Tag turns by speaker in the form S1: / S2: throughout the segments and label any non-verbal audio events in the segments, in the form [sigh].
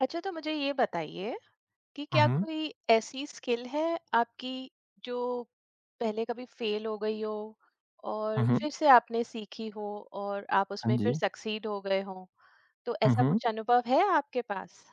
S1: अच्छा, तो मुझे ये बताइए कि
S2: हुँ,
S1: क्या
S2: हुँ।
S1: कोई ऐसी स्किल है आपकी जो पहले कभी फेल हो गई हो
S2: हुँ,
S1: और
S2: हुँ।
S1: फिर से आपने सीखी हो और आप
S2: हाँ
S1: उसमें
S2: जी।
S1: फिर सक्सीड हो गए हो? तो
S2: हुँ,
S1: ऐसा
S2: हुँ।
S1: कुछ अनुभव है आपके पास?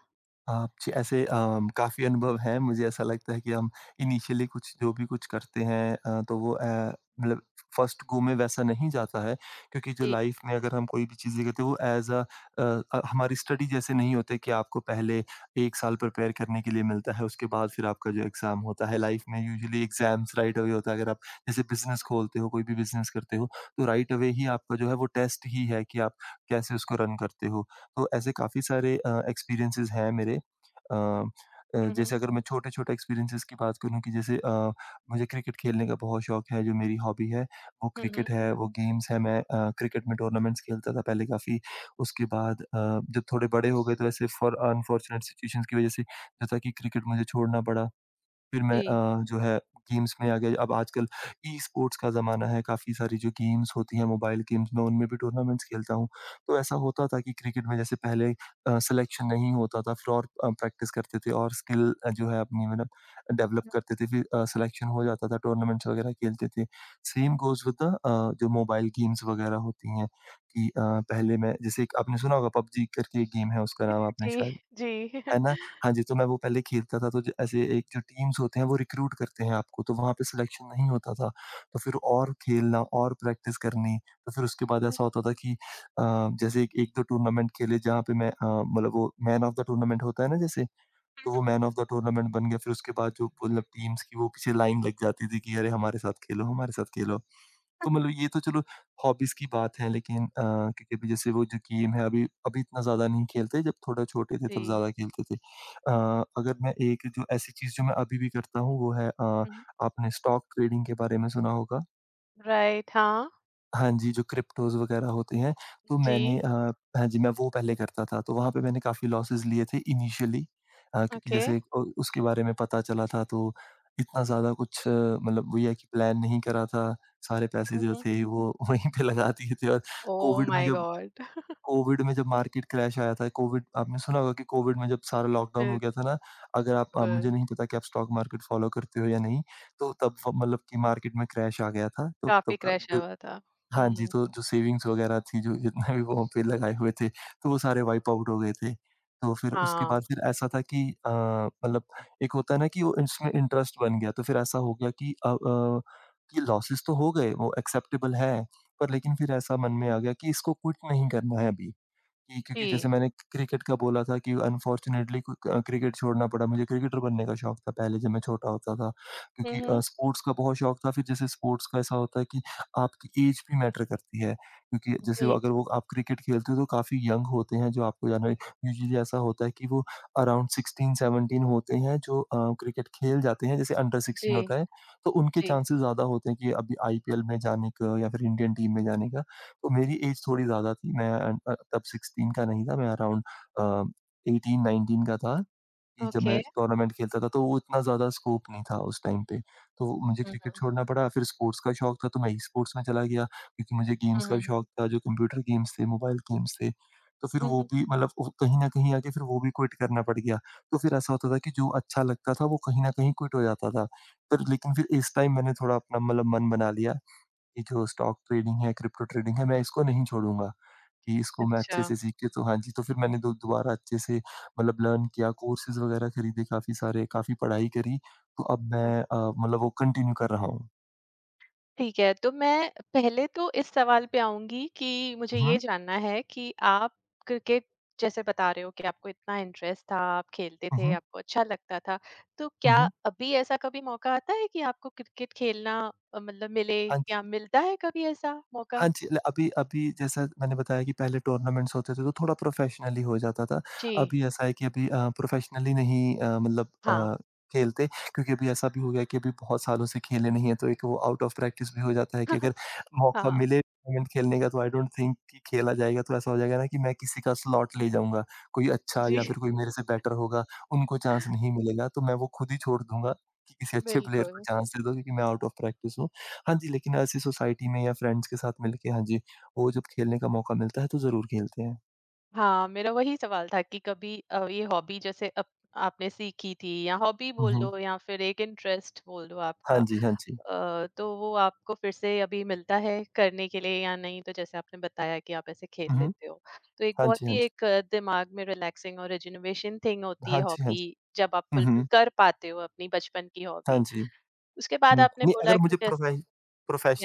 S2: आप जी, ऐसे काफ़ी अनुभव हैं। मुझे ऐसा लगता है कि हम इनिशियली कुछ जो भी कुछ करते हैं तो वो मतलब फर्स्ट गो में वैसा नहीं जाता है क्योंकि जो
S1: जी।
S2: लाइफ में अगर हम कोई भी चीज़ें करते हैं वो एज़ अ अ हमारी स्टडी जैसे नहीं होते कि आपको पहले 1 साल प्रिपेयर करने के लिए मिलता है, उसके बाद फिर आपका जो एग्ज़ाम होता है। लाइफ में यूजुअली एग्ज़ाम्स राइट अवे होता है। अगर आप जैसे बिज़नेस खोलते हो, कोई भी बिज़नेस करते हो, तो राइट अवे ही आपका जो है वो टेस्ट ही है कि आप कैसे उसको रन करते हो। तो ऐसे काफ़ी सारे एक्सपीरियंसेस हैं मेरे। अ
S1: हम्म।
S2: जैसे अगर मैं छोटे-छोटे एक्सपीरियंसेस की बात करूँ कि जैसे मुझे क्रिकेट खेलने का बहुत शौक है, जो मेरी हॉबी है, वो
S1: हम्म।
S2: क्रिकेट है, वो गेम्स है, मैं क्रिकेट में टूर्नामेंट्स खेलता था पहले काफ़ी। उसके बाद जब थोड़े बड़े हो गए तो ऐसे फ़ॉर अनफॉर्चुनेट सिचुएशंस की वजह से, जैसा कि क्रिकेट मुझे छोड़ना पड़ा। फिर मैं
S1: जी,
S2: जो है गेम्स में आ गया। अब आजकल ई स्पोर्ट्स का ज़माना है, काफ़ी सारी जो गेम्स होती हैं मोबाइल गेम्स में उनमें भी टूर्नामेंट्स खेलता हूँ। तो ऐसा होता था कि क्रिकेट में जैसे पहले सिलेक्शन नहीं होता था फिर और प्रैक्टिस करते थे और स्किल जो है अपनी मतलब डेवलप करते थे, फिर सिलेक्शन हो जाता था, टूर्नामेंट्स वगैरह खेलते थे। सेम गोज़ विद द जो मोबाइल गेम्स वगैरह होती हैं कि पहले मैं जैसे एक आपने सुना होगा पबजी करके एक गेम है उसका नाम आपने
S1: जी,
S2: शायद
S1: जी।
S2: है ना?
S1: [laughs]
S2: हाँ जी, तो मैं वो पहले खेलता था तो ज ऐसे एक जो टीम्स होते हैं वो रिक्रूट करते हैं आपको तो वहाँ पे सिलेक्शन नहीं होता था। तो फिर और खेलना और प्रैक्टिस करनी, तो फिर उसके बाद
S1: हम्म,
S2: ऐसा होता था कि जैसे एक 1-2 टूर्नामेंट खेले जहाँ पे मैं मतलब वो मैन ऑफ द टूर्नामेंट होता है ना जैसे, तो वो मैन ऑफ द टूर्नामेंट बन गया। फिर उसके बाद जो मतलब टीम्स की वो पीछे लाइन लग जाती थी कि अरे! हमारे साथ खेलो, हमारे साथ खेलो। तो मतलब ये तो चलो हॉबीज की बात है, लेकिन क्योंकि अभी जैसे वो जो गेम है अभी अभी इतना ज्यादा नहीं खेलते, जब थोड़ा छोटे थे तब
S1: जी।
S2: ज्यादा खेलते थे। अगर मैं एक जो ऐसी चीज जो मैं अभी भी करता हूँ वो है आपने स्टॉक ट्रेडिंग के बारे में सुना होगा।
S1: राइट, हाँ
S2: हाँ जी, जो क्रिप्टोज़ वग़ैरह होती हैं, तो
S1: जी।
S2: मैंने हाँ जी, मैं वो पहले करता था, तो वहाँ पे मैंने काफ़ी लॉसेस लिए थे इनिशियली। क्योंकि
S1: ओके।
S2: जैसे उसके बारे में पता चला था तो इतना ज़्यादा कुछ मतलब वही है कि प्लान नहीं करा था, सारे पैसे जो
S1: हम्म।
S2: थे वो [laughs] वहीं पे लगा दिए थे और
S1: ओ
S2: कोविड में
S1: माय
S2: जब
S1: गॉड!
S2: कोविड में जब मार्केट क्रैश आया था, कोविड आपने सुना होगा कि कोविड में जब सारा लॉकडाउन हो गया था ना, अगर आप
S1: बिल्कुल।
S2: मुझे नहीं पता कि आप स्टॉक मार्केट फ़ॉलो करते हो या नहीं, तो तब फ मतलब कि मार्केट में क्रैश आ गया था, तो तब
S1: काफी
S2: का
S1: क्रैश
S2: जो
S1: हुआ था।
S2: हाँ जी,
S1: हम्म।
S2: तो जो सेविंग्स वगैरह थी, जो जितना भी वहाँ पे लगाए हुए थे, तो वो सारे वाइप आउट हो गए थे। तो फिर उसके
S1: हाँ
S2: बाद फिर ऐसा था कि मतलब एक होता है ना कि वो इसमें इंटरेस्ट बन गया, तो फिर ऐसा हो गया कि कि लॉसेस तो हो गए, वो एक्सेप्टेबल है, पर लेकिन फिर ऐसा मन में आ गया कि इसको क्विट नहीं करना है अभी। कि क्योंकि
S1: जी।
S2: जैसे मैंने क्रिकेट का बोला था कि अनफ़ॉर्चुनेटली क्रिकेट छोड़ना पड़ा। मुझे क्रिकेटर बनने का शौक था पहले जब मैं छोटा होता था, क्योंकि
S1: हम्म।
S2: स्पोर्ट्स का बहुत शौक था। फिर जैसे स्पोर्ट्स का ऐसा होता है कि आपकी एज भी मैटर करती है, क्योंकि जैसे वो
S1: जी,
S2: अगर वो आप क्रिकेट खेलते हो तो काफ़ी यंग होते हैं जो आपको जाना, यूजुअली ऐसा होता है कि वो अराउंड 16-17 होते हैं जो क्रिकेट खेल जाते हैं। जैसे अंडर
S1: जी,
S2: 16 होता है तो उनके
S1: जी।
S2: चांसेस ज़्यादा होते हैं कि अभी आईपीएल में जाने का या फिर इंडियन टीम में जाने का। तो मेरी एज थोड़ी ज़्यादा थी, मैं तब 16 का नहीं था, मैं अराउंड अ, 18-19 का था कि जब
S1: ओके।
S2: मैं टूर्नामेंट खेलता था, तो वो इतना ज़्यादा स्कोप नहीं था उस टाइम पे। तो मुझे
S1: हुँ,
S2: क्रिकेट छोड़ना पड़ा, फिर स्पोर्ट्स का शौक था, तो मैं ई-स्पोर्ट्स में चला गया क्योंकि मुझे गेम्स का
S1: हुँ।
S2: भी शौक था, जो कंप्यूटर गेम्स थे, मोबाइल गेम्स थे। तो फिर
S1: हुँ,
S2: वो
S1: हुँ।
S2: भी मतलब वो कहीं न कहीं आके फिर वो भी क्विट करना पड़ गया। तो फिर ऐसा होता था कि जो अच्छा लगता था, वो कहीं न कहीं क्विट हो जाता था। पर लेकिन फिर इस टाइम मैंने थोड़ा अपना मतलब मन बना लिया, ये जो स्टॉक ट्रेडिंग है, क्रिप्टो ट्रेडिंग है, मैं इसको नहीं छोड़ूँगा, कि इसको मैं अच्छे
S1: अच्छा।
S2: से सीख के तो हाँ जी, तो फिर मैंने दो दोबारा अच्छे से मतलब लर्न किया, कोर्सेज़ वगैरह खरीदे काफ़ी सारे, काफ़ी पढ़ाई करी, तो अब
S1: अ,
S2: मैं मतलब वो कंटिन्यू कर रहा हूँ।
S1: ठीक है, तो मैं पहले तो इस सवाल पे आऊँगी कि मुझे
S2: हुँ,
S1: ये
S2: हुँ।
S1: जानना है कि आप क्रिकेट जैसे बता रहे हो कि आपको इतना इंटरेस्ट था, आप खेलते
S2: हुँ,
S1: थे,
S2: हुँ।
S1: आपको अच्छा लगता था, तो
S2: हुँ,
S1: क्या
S2: हुँ।
S1: अभी ऐसा कभी मौका आता है कि आपको क्रिकेट खेलना मतलब मिले,
S2: हाँ
S1: या
S2: जी।
S1: मिलता है कभी ऐसा मौका?
S2: हाँ जी, ल अभी अभी जैसा मैंने बताया कि पहले टूर्नामेंट्स होते थे तो थोड़ा प्रोफ़ेशनली हो जाता था।
S1: जी,
S2: अभी ऐसा है कि अभी प्रोफ़ेशनली नहीं मतलब
S1: हाँ।
S2: खेलते, क्योंकि अभी ऐसा भी हो गया है कि अभी बहुत सालों से खेले नहीं हैं तो एक वो आउट ऑफ प्रैक्टिस भी हो जाता है कि अगर
S1: [laughs]
S2: मौका
S1: हाँ,
S2: मिले टूर्नामेंट खेलने का तो आई डोंट थिंक कि खेला जाएगा। तो ऐसा हो जाएगा ना कि मैं किसी का स्लॉट ले जाऊँगा, कोई अच्छा
S1: जी।
S2: या
S1: [laughs]
S2: फिर कोई मेरे से बेटर होगा, उनको चांस नहीं मिलेगा तो मैं वो खुद ही छोड़ दूँगा कि किसी अच्छे प्लेयर को
S1: बिल्कुल।
S2: चांस दे दो क्योंकि मैं आउट ऑफ प्रैक्टिस हूँ। हाँ जी, लेकिन ऐसी सोसाइटी में या फ्रेंड्स के साथ मिलके, हाँ जी, वो जब खेलने का मौका मिलता है तो ज़रूर खेलते हैं।
S1: हाँ, मेरा वही सवाल था कि कभी ये हॉबी जैसे अप आपने सीखी थी, या हॉबी
S2: हुँ,
S1: बोल
S2: हुँ।
S1: दो या फिर एक इंटरेस्ट बोल दो आपका,
S2: हाँ जी, हाँ जी।
S1: तो वो आपको फिर से अभी मिलता है करने के लिए या नहीं? तो जैसे आपने बताया कि आप ऐसे खेल
S2: हुँ, हुँ।
S1: लेते हो। तो एक
S2: हाँ जी,
S1: बहुत
S2: हाँ
S1: ही
S2: जी।
S1: एक दिमाग में रिलैक्सिंग और रिजुनवेशन थिंग होती
S2: हाँ
S1: है
S2: जी, हाँ जी।
S1: हॉबी, जब आप
S2: हुँ,
S1: फुलफिल
S2: हुँ।
S1: कर पाते हो अपनी बचपन की
S2: हाँ
S1: हॉबी।
S2: जी।
S1: उसके बाद
S2: हुँ,
S1: आपने
S2: नहीं
S1: बोला
S2: अगर
S1: कि
S2: मुझे
S1: जैसे,
S2: प्रोफे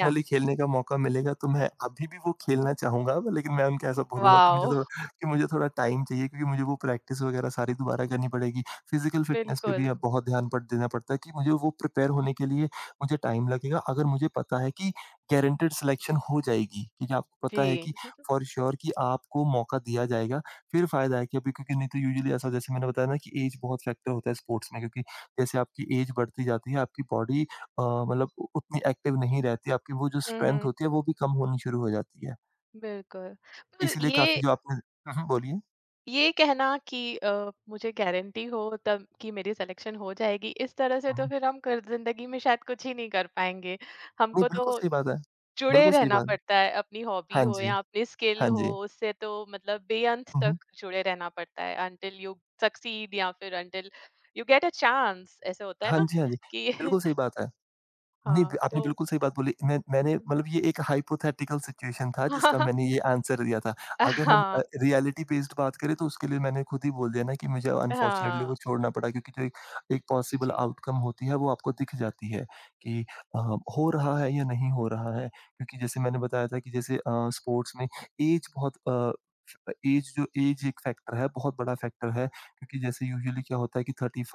S1: या
S2: खेलने का मौका मिलेगा तो मैं अभी भी वो खेलना चाहूँगा, लेकिन मैं उनको ऐसा बोलूँगा कि
S1: वॉव! [laughs]
S2: मुझे थोड़ा टाइम चाहिए क्योंकि मुझे वो प्रैक्टिस वगैरह सारी दोबारा करनी पड़ेगी। फ़िज़िकल फ़िटनेस पे भी
S1: बिल्कुल।
S2: अब बहुत ध्यान पड़ देना पड़ता है कि मुझे वो प्रिपेयर होने के लिए मुझे टाइम लगेगा। अगर मुझे पता है कि गारंटीड सिलेक्शन हो जाएगी, क्योंकि आपको
S1: जी।
S2: पता है कि
S1: [laughs]
S2: फ़ॉर श्योर कि आपको मौका दिया जाएगा, फिर फ़ायदा है कि अभी, क्योंकि नहीं तो यूजुअली ऐसा, जैसे मैंने बताया ना कि ऐज बहुत फैक्टर होता है स्पोर्ट्स में, क्योंकि जैसे आपकी ऐज बढ़ती जाती है, आपकी बॉडी अ, मतलब उ उतनी एक्टिव नहीं रहती, आपकी वो जो
S1: हुँ,
S2: स्ट्रेंथ
S1: हुँ,
S2: होती है वो भी कम होनी शुरू हो जाती है।
S1: बिल्कुल। पर
S2: इसीलिए
S1: ये
S2: काफ़ी जो आपने हुँ, हुँ, बोलिए।
S1: ये कहना कि मुझे गारंटी हो तब कि मेरी सिलेक्शन हो जाएगी, इस तरह से
S2: हुँ,
S1: तो
S2: हुँ।
S1: फिर हम कर ज़िंदगी में शायद कुछ ही नहीं कर पाएँगे।
S2: नहीं,
S1: हमको
S2: बिल्कुल
S1: तो
S2: सही बात है।
S1: जुड़े
S2: बिल्कुल सही
S1: रहना
S2: बात है।
S1: पड़ता है, अपनी हॉबी
S2: हाँ
S1: हो
S2: जी,
S1: या अपनी स्किल
S2: हाँ
S1: हो,
S2: जी।
S1: उससे तो मतलब बेअंत
S2: हुँ, हुँ।
S1: तक जुड़े रहना पड़ता है, अंटिल यू सक्सीड या फिर until you get a chance, ऐसे होता है
S2: हाँ
S1: ना
S2: जी, हाँ जी।
S1: कि
S2: बिल्कुल सही
S1: [laughs]
S2: बात है। नहीं,
S1: हाँ,
S2: आपने
S1: तो
S2: बिल्कुल सही बात बोली। मैंने मतलब ये एक हाइपोथेटिकल सिचुएशन था जिसका मैंने
S1: [laughs]
S2: ये आंसर दिया था।
S1: हाँ,
S2: अगर हम
S1: हाँ,
S2: रियलिटी बेस्ड बात करें तो उसके लिए मैंने खुद ही बोल दिया ना कि मुझे अनफॉर्चुनेटली
S1: हाँ,
S2: वो छोड़ना पड़ा, क्योंकि जो एक एक पॉसिबल
S1: जी,
S2: आउटकम होती है वो आपको दिख जाती है कि अ, हो रहा है या नहीं हो रहा है। क्योंकि जैसे मैंने बताया था कि जैसे स्पोर्ट्स में ऐज बहुत ऐज एक फैक्टर है, बहुत बड़ा फैक्टर है, क्योंकि जैसे यूजुअली क्या होता है कि 35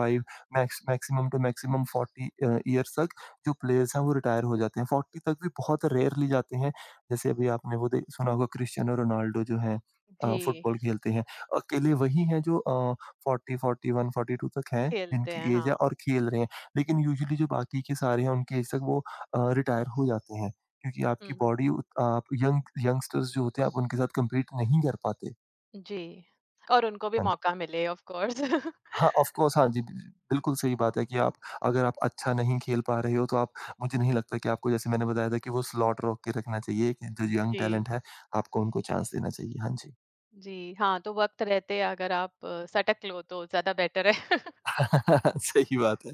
S2: max maximum to maximum 40 years तक जो प्लेयर्स हैं वो रिटायर हो जाते हैं, 40 तक भी बहुत रेयरली जाते हैं। जैसे अभी आपने वो दे सुना होगा क्रिस्टियानो रोनाल्डो जो हैं
S1: जी,
S2: फुटबॉल खेलते हैं। अकेले वही हैं जो 40, 41, 42 तक हैं
S1: खेलते हैं,
S2: जिनकी एज है
S1: हाँ।
S2: और खेल रहे हैं। लेकिन यूजुअली जो बाकी के सारे हैं उनकी एज तक वो रिटायर हो जाते हैं। क्योंकि
S1: हुँ,
S2: आपकी
S1: हुँ।
S2: बॉडी उत आप यंग यंगस्टर्स जो होते हैं आप उनके साथ कंपीट नहीं कर पाते।
S1: जी, और उनको भी
S2: हाँ,
S1: मौका मिले ऑफ़ कोर्स। [laughs]
S2: हाँ, ऑफ़ कोर्स हाँ जी, बिल्कुल सही बात है कि आप, अगर आप अच्छा नहीं खेल पा रहे हो तो आप, मुझे नहीं लगता कि आपको, जैसे मैंने बताया था कि वो स्लॉट रोक के रखना चाहिए कि जो यंग
S1: जी,
S2: टैलेंट है, आपको उनको चांस देना चाहिए। हाँ जी।
S1: जी, हाँ, तो वक़्त रहते अगर आप सटक लो तो ज़्यादा बेटर है। [laughs]
S2: [laughs] सही बात है।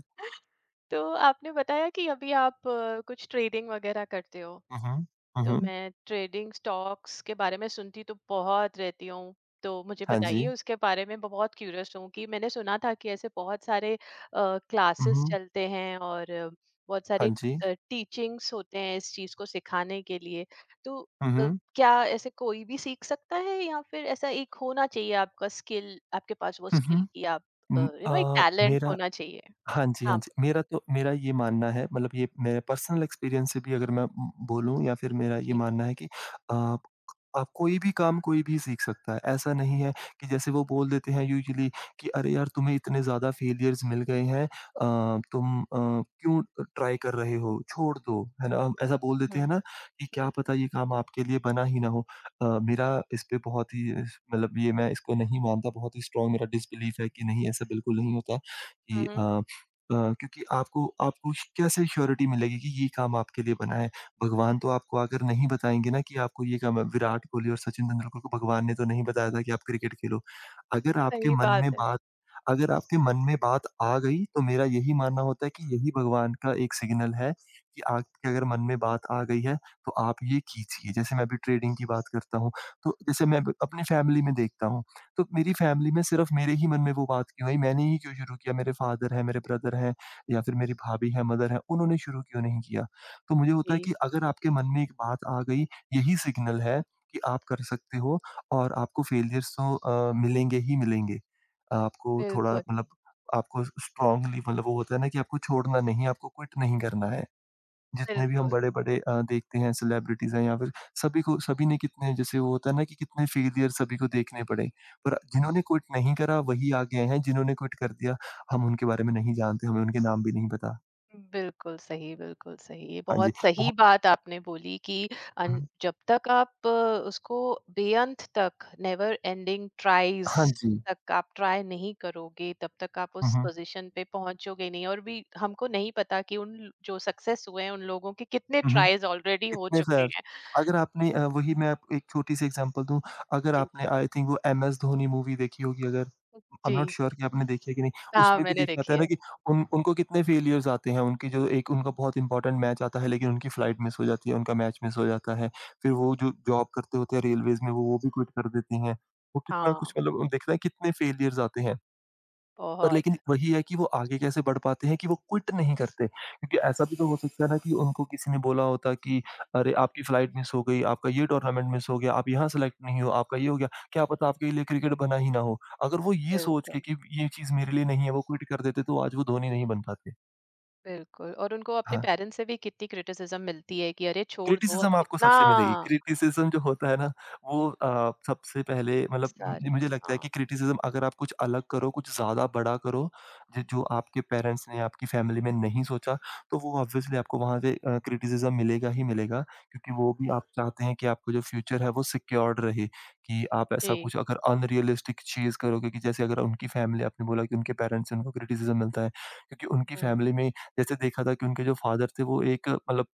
S1: तो आपने बताया कि अभी आप कुछ ट्रेडिंग वग़ैरह करते हो।
S2: हुँ, हुँ। हुँ,
S1: तो
S2: हुँ।
S1: मैं ट्रेडिंग स्टॉक्स के बारे में सुनती तो बहुत रहती हूँ। तो मुझे
S2: हाँ जी।
S1: बताइए, उसके बारे में बहुत क्यूरियस हूँ कि मैंने सुना था कि ऐसे बहुत सारे
S2: हुँ,
S1: क्लासेस
S2: हुँ।
S1: चलते हैं, और बहुत सारे
S2: हाँ जी।
S1: टीचिंग्स होते हैं इस चीज़ को सिखाने के लिए। तो
S2: हुँ,
S1: अ,
S2: हुँ।
S1: क्या ऐसे कोई भी सीख सकता है, या फिर ऐसा एक होना चाहिए आपका स्किल, आपके पास वो
S2: हुँ,
S1: स्किल
S2: हुँ।
S1: कि आप, एक टैलेंट
S2: मेरा
S1: होना चाहिए?
S2: हाँ जी, हाँ
S1: हाँ,
S2: जी। मेरा तो मेरा ये मानना है, मतलब ये मेरे पर्सनल एक्सपीरियंस से भी अगर मैं बोलूँ या फिर मेरा ये
S1: जी।
S2: मानना है कि आप आप कोई भी काम कोई भी सीख सकता है। ऐसा नहीं है कि जैसे वो बोल देते हैं यूजुअली कि अरे यार तुम्हें इतने ज़्यादा फेलियर्स मिल गए हैं तुम क्यों ट्राई कर रहे हो? छोड़ दो, है ना? ऐसा बोल देते
S1: हुँ,
S2: हैं ना कि क्या
S1: हुँ,
S2: पता ये काम आपके लिए बना ही ना हो। मेरा इस पे बहुत ही इस मतलब ये मैं इसको नहीं मानता, बहुत ही स्ट्रॉन्ग मेरा डिसबिलीफ है कि नहीं ऐसा बिल्कुल नहीं होता
S1: हुँ,
S2: कि
S1: हुँ।
S2: क्योंकि आपको आपको श कैसे श्योरिटी मिलेगी कि ये काम आपके लिए बना है? भगवान तो आपको अगर नहीं बताएँगे ना कि आपको ये काम है विराट कोहली और सचिन तेंदुलकर को भगवान ने तो नहीं बताया था कि आप क्रिकेट खेलो। अगर आपके
S1: सही
S2: मन में
S1: बात है।
S2: बात अगर आपके मन में बात आ गई तो मेरा यही मानना होता है कि यही भगवान का एक सिग्नल है कि आपके अगर मन में बात आ गई है तो आप ये कीजिए। जैसे मैं अभी ट्रेडिंग की बात करता हूँ, तो जैसे मैं ब अपनी फैमिली में देखता हूँ, तो मेरी फैमिली में सिर्फ मेरे ही मन में वो बात क्यों आई? मैंने ही क्यों शुरू किया? मेरे फादर हैं, मेरे ब्रदर हैं या फिर मेरी भाभी है, मदर है, उन्होंने शुरू क्यों नहीं किया? तो मुझे होता है
S1: जी,
S2: कि अगर आपके मन में एक बात आ गई, यही सिग्नल है कि आप कर सकते हो और आपको फेलियर्स तो मिलेंगे ही मिलेंगे। आपको थोड़ा
S1: बिल्कुल,
S2: मतलब आपको स्ट्रांगली मतलब वो होता है ना कि आपको छोड़ना नहीं है, आपको क्विट नहीं करना है। जितने भी हम
S1: बिल्कुल।
S2: बड़े-बड़े देखते हैं सेलिब्रिटीज़ हैं या फिर सभी को सभी ने कितने जैसे वो होता है ना कि कितने फेलियर सभी को देखने पड़े। पर जिन्होंने क्विट नहीं करा वही आगे आए हैं, जिन्होंने क्विट कर दिया हम उनके बारे में नहीं जानते, हमें उनके नाम भी नहीं पता।
S1: बिल्कुल सही, बिल्कुल सही। ये
S2: हाँ जी,
S1: बहुत सही
S2: बहुत
S1: बात आपने बोली कि
S2: हुँ,
S1: अन
S2: हुँ।
S1: जब तक आप उसको बेअंत तक, नेवर एंडिंग ट्राइज़
S2: हाँ जी।
S1: तक आप ट्राई नहीं करोगे, तब तक आप
S2: हुँ,
S1: उस
S2: हुँ।
S1: पोज़ीशन पे पहुँचोगे नहीं, और भी हमको नहीं पता कि जो सक्सेस हुए हैं, उन लोगों के कितने
S2: हुँ, हुँ।
S1: ट्राइज़ ऑलरेडी हो
S2: कितने
S1: चुके
S2: फ्लेयर्स
S1: हैं।
S2: अगर आपने वही मैं आपको एक छोटी-सी एग्ज़ाम्पल दूँ, अगर
S1: जी।
S2: आपने आई थिंक वो एमएस धोनी मूवी देखी होगी अगर, आई
S1: जी।
S2: एम नॉट श्योर कि आपने देखी है कि नहीं,
S1: हाँ,
S2: उसमें भी
S1: मैंने
S2: देखा जाता
S1: देखी
S2: है ना
S1: है।
S2: कि उन उनको कितने फेल्योर्स आते हैं, उनकी जो एक उनका बहुत इंपॉर्टेंट मैच आता है लेकिन उनकी फ्लाइट मिस हो जाती है, उनका मैच मिस हो जाता है। फिर वो जो जॉब करते होते हैं रेलवेज़ में वो भी क्विट कर देती हैं। वो कितना
S1: हाँ,
S2: कुछ मतलब देखना है कितने फेल्योर्स आते हैं। पर लेकिन
S1: बहुत।
S2: वही है कि वो आगे कैसे बढ़ पाते हैं कि वो क्विट नहीं करते। क्योंकि ऐसा भी तो हो सकता है ना कि उनको किसी ने बोला होता कि अरे! आपकी फ्लाइट मिस हो गई, आपका ये टूर्नामेंट मिस हो गया, आप यहाँ सेलेक्ट नहीं हो, आपका ये हो गया। क्या पता आपके लिए क्रिकेट बना ही ना हो। अगर वो ये सोच
S1: बिल्कुल,
S2: के कि ये चीज़ मेरे लिए नहीं है, वो क्विट कर देते तो आज वो धोनी नहीं बन पाते।
S1: बिल्कुल। और उनको अपने
S2: हाँ।
S1: पेरेंट्स से भी कितनी क्रिटिसिज़्म मिलती है कि अरे छोड़ दो, अब
S2: क्रिटिसिज्म आपको
S1: कितना
S2: सबसे मिलेगी। क्रिटिसिज्म जो होता है ना वो सबसे पहले मतलब म
S1: सारी,
S2: मुझे लगता है
S1: हाँ,
S2: कि क्रिटिसिज्म अगर आप कुछ अलग करो, कुछ ज़्यादा बड़ा करो, ज जो आपके पेरेंट्स ने, आपकी फैमिली में नहीं सोचा, तो वो ऑब्वियसली आपको वहाँ से क्रिटिसिज्म मिलेगा ही मिलेगा क्योंकि वो भी आप चाहते हैं कि आपका जो फ्यूचर है वो सिक्योर्ड रहे, कि आप ऐसा
S1: जी,
S2: कुछ अगर अनरियलिस्टिक चीज़ करोगे कि जैसे अगर उनकी फैमिली आपने बोला कि उनके पेरेंट्स से उनको क्रिटिसिज्म मिलता है क्योंकि उनकी
S1: हुँ,
S2: फैमिली में जैसे देखा था कि उनके जो फादर थे वो एक मतलब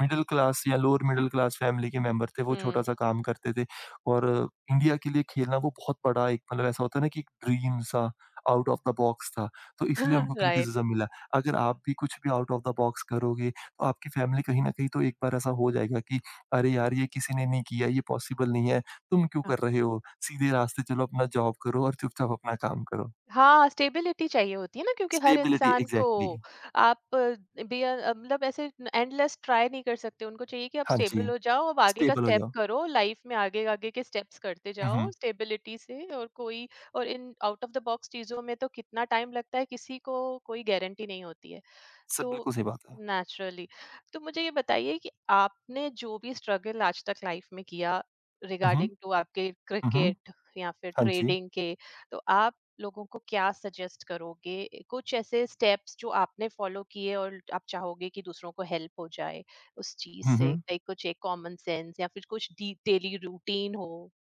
S2: मिडल क्लास या लोअर मिडल क्लास फैमिली के मेंबर थे, वो
S1: हुँ,
S2: छोटा-सा काम करते थे और इंडिया के लिए खेलना वो बहुत बड़ा एक मतलब ऐसा होता है ना कि एक ड्रीम सा आउट ऑफ द बॉक्स था, तो इसीलिए उनको
S1: [laughs] राइट,
S2: क्रिटिसिज़्म मिला। अगर आप भी कुछ भी आउट ऑफ द बॉक्स करोगे, तो आपकी फैमिली कहीं न कहीं तो एक बार ऐसा हो जाएगा कि अरे यार! ये किसी ने नहीं किया, ये पॉसिबल नहीं है, तुम क्यों
S1: हाँ,
S2: कर रहे हो? सीधे रास्ते चलो, अपना जॉब करो और चुपचाप अपना काम करो।
S1: हाँ, स्टेबिलिटी चाहिए होती है ना, क्योंकि हर
S2: स्टेबिलिटी
S1: इंसान को
S2: एग्ज़ैक्टली।
S1: आप मतलब ऐसे एंडलेस ट्राई नहीं कर सकते, उनको चाहिए कि आप
S2: हाँ जी,
S1: स्टेबल हो जाओ, अब आगे का
S2: स्टेबल हो
S1: स्टेप
S2: जाओ।
S1: करो, लाइफ में आगे-आगे के स्टेप्स करते
S2: हुँ,
S1: जाओ
S2: हुँ।
S1: स्टेबिलिटी से, और कोई और इन आउट ऑफ द बॉक्स चीज़ों में तो कितना टाइम लगता है किसी को, कोई गारंटी नहीं होती है।
S2: सब
S1: तो
S2: बिल्कुल सही बात है।
S1: नेचुरली, तो मुझे ये बताइए कि आपने जो भी स्ट्रगल आज तक लाइफ में किया,
S2: हुँ, हुँ।
S1: रिगार्डिंग टू आपके
S2: हुँ, हुँ।
S1: क्रिकेट या फिर
S2: हाँ जी।
S1: ट्रेडिंग के, तो आप लोगों को क्या सजेस्ट करोगे? कुछ ऐसे स्टेप्स जो आपने फॉलो किए और आप चाहोगे कि दूसरों को हेल्प हो जाए उस चीज
S2: हुँ,
S1: से,
S2: हुँ।
S1: लाइक कुछ एक कॉमन सेंस या फिर कुछ डेली रूटीन हो,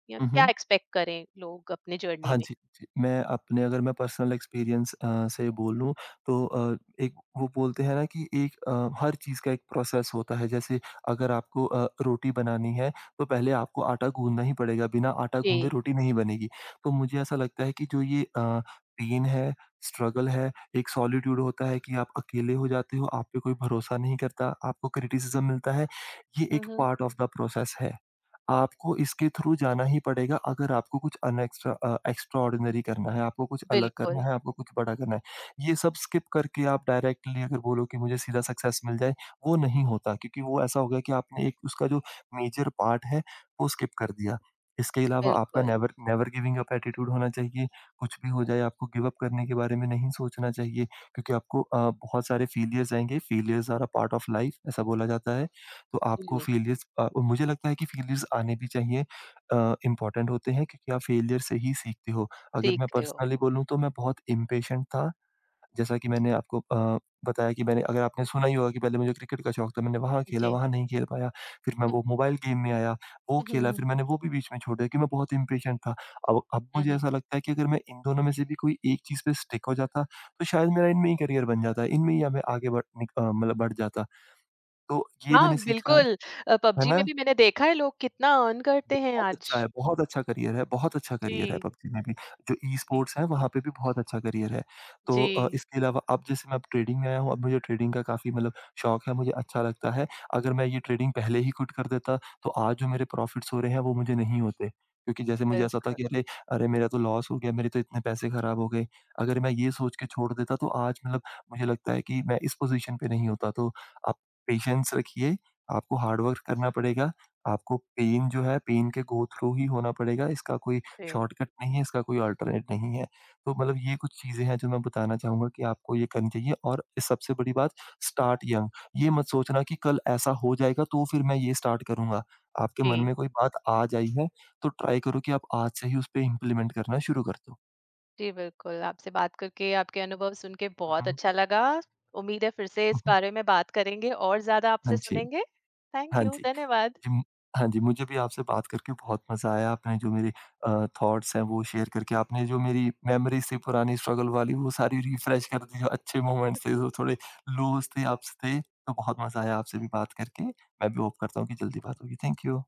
S1: या
S2: हुँ,
S1: क्या
S2: हुँ।
S1: एक्सपेक्ट करें लोग अपने जर्नी
S2: हाँ
S1: में?
S2: जी, जी। मैं अपने अगर मैं पर्सनल एक्सपीरियंस से बोलूँ तो एक वो बोलते हैं ना कि एक हर चीज़ का एक प्रोसेस होता है। जैसे अगर आपको रोटी बनानी है तो पहले आपको आटा गूँधना ही पड़ेगा, बिना आटा गूँधे
S1: जी।
S2: रोटी नहीं बनेगी। तो मुझे ऐसा लगता है कि जो ये पेन है, स्ट्रगल है, एक सॉलिट्यूड होता है कि आप अकेले हो जाते हो, आप पे कोई भरोसा नहीं करता, आपको क्रिटिसिज़्म मिलता है, ये एक
S1: हम्म।
S2: पार्ट ऑफ द प्रोसेस है। आपको इसके थ्रू जाना ही पड़ेगा अगर आपको कुछ अन एक्स्ट्रा एक्स्ट्राऑर्डिनरी करना है, आपको कुछ अलग करना
S1: बिल्कुल,
S2: है, आपको कुछ बड़ा करना है। ये सब स्किप करके आप डायरेक्टली अगर बोलो कि मुझे सीधा सक्सेस मिल जाए, वो नहीं होता क्योंकि वो ऐसा हो गया कि आपने एक उसका जो मेजर पार्ट है, वो स्किप कर दिया। इसके अलावा आपका
S1: बिल्कुल।
S2: Never never giving up attitude होना चाहिए। कुछ भी हो जाए आपको गिव अप करने के बारे में नहीं सोचना चाहिए क्योंकि आपको बहुत सारे फेलियर्स आएँगे, failures are a part of life ऐसा बोला जाता है। तो आपको
S1: जी,
S2: फेलियर्स मुझे लगता है कि फेलियर्स आने भी चाहिए इम्पोर्टेंट होते हैं क्योंकि आप फेलियर से ही सीखते हो। अगर मैं
S1: सीखते हो।
S2: पर्सनली बोलूँ तो मैं बहुत इम्पेशेंट था, जैसा कि मैंने आपको बताया कि मैंने अगर आपने सुना ही होगा कि पहले मुझे क्रिकेट का शौक था, मैंने वहाँ खेला,
S1: जी।
S2: वहाँ नहीं खेल पाया, फिर मैं वो मोबाइल गेम में आया, वो खेला,
S1: हुँ,
S2: फिर मैंने वो भी बीच में छोड़ दिया क्योंकि मैं बहुत इम्पेशेंट था। अब
S1: हुँ,
S2: मुझे
S1: हुँ।
S2: ऐसा लगता है कि अगर मैं इन दोनों में से भी कोई एक चीज़ पे स्टिक हो जाता, तो शायद मेरा इनमें ही करियर बन जाता, इनमें ही या मैं आगे बढ़ निक मतलब बढ़ जाता। तो ये
S1: हाँ,
S2: मैंने सीखा
S1: बिल्कुल,
S2: है
S1: पबजी
S2: ना?
S1: में भी मैंने देखा है लोग कितना अर्न करते हैं
S2: बहुत
S1: आज।
S2: अच्छा है, बहुत अच्छा करियर है, बहुत अच्छा करियर है
S1: जी,
S2: पबजी में भी। जो
S1: जी,
S2: ई-स्पोर्ट्स है वहाँ पे भी बहुत अच्छा करियर है। तो
S1: जी,
S2: इसके अलावा अब जैसे मैं अब ट्रेडिंग में आया हूँ, अब मुझे ट्रेडिंग का काफ़ी मतलब शौक है, मुझे अच्छा लगता है। अगर मैं ये ट्रेडिंग पहले ही क्विट कर देता तो आज जो मेरे प्रॉफ़िट्स हो रहे हैं वो मुझे नहीं होते। क्योंकि जैसे मुझे ऐसा था
S1: बिल्कुल,
S2: कि अरे, अरे मेरा तो लॉस हो गया, मेरे तो इतने पैसे ख़राब हो गए। अगर मैं ये सोच के छोड़ देता तो आज मतलब मुझे लगता है कि मैं इस पोज़ीशन पे नहीं होता। तो आप पेशेंस रखिए, आपको हार्ड वर्क करना पड़ेगा। आपको पेन जो है, पेन के गो थ्रू ही होना पड़ेगा, इसका कोई
S1: जी,
S2: शॉर्टकट नहीं है, इसका कोई अल्टरनेट नहीं है। तो मतलब ये कुछ चीज़ें हैं जो मैं बताना चाहूँगा कि आपको ये करनी चाहिए और इस सबसे बड़ी बात स्टार्ट यंग, ये मत सोचना कि कल ऐसा हो जाएगा तो फिर मैं ये स्टार्ट करूँगा। आपके
S1: जी।
S2: मन में कोई बात आज आई है, तो ट्राई करो कि आप आज से ही उस पे इम्प्लीमेंट करना शुरू कर दो।
S1: जी, बिल्कुल, आपसे बात करके, आपके अनुभव सुन के
S2: हुँ,
S1: बहुत
S2: हुँ,
S1: अच्छा लगा। उम्मीद है फिर से
S2: हुँ,
S1: इस
S2: हुँ।
S1: बारे में बात करेंगे और ज़्यादा
S2: हाँ
S1: आपसे
S2: जी,
S1: सुनेंगे। थैंक
S2: हाँ
S1: यू,
S2: जी।
S1: धन्यवाद।
S2: जी, म हाँ जी, मुझे भी आपसे बात करके बहुत मज़ा आया। आपने जो मेरे थॉट्स हैं वो शेयर करके आपने जो मेरी मेमोरीज़ थी पुरानी स्ट्रगल वाली वो सारी रिफ्रेश कर दी, जो अच्छे मोमेंट्स थे, जो थोड़े लोज़ थे, अप्स थे। तो बहुत मज़ा आया आपसे भी बात करके। मैं भी होप करता हूँ कि जल्दी बात होगी। Thank you.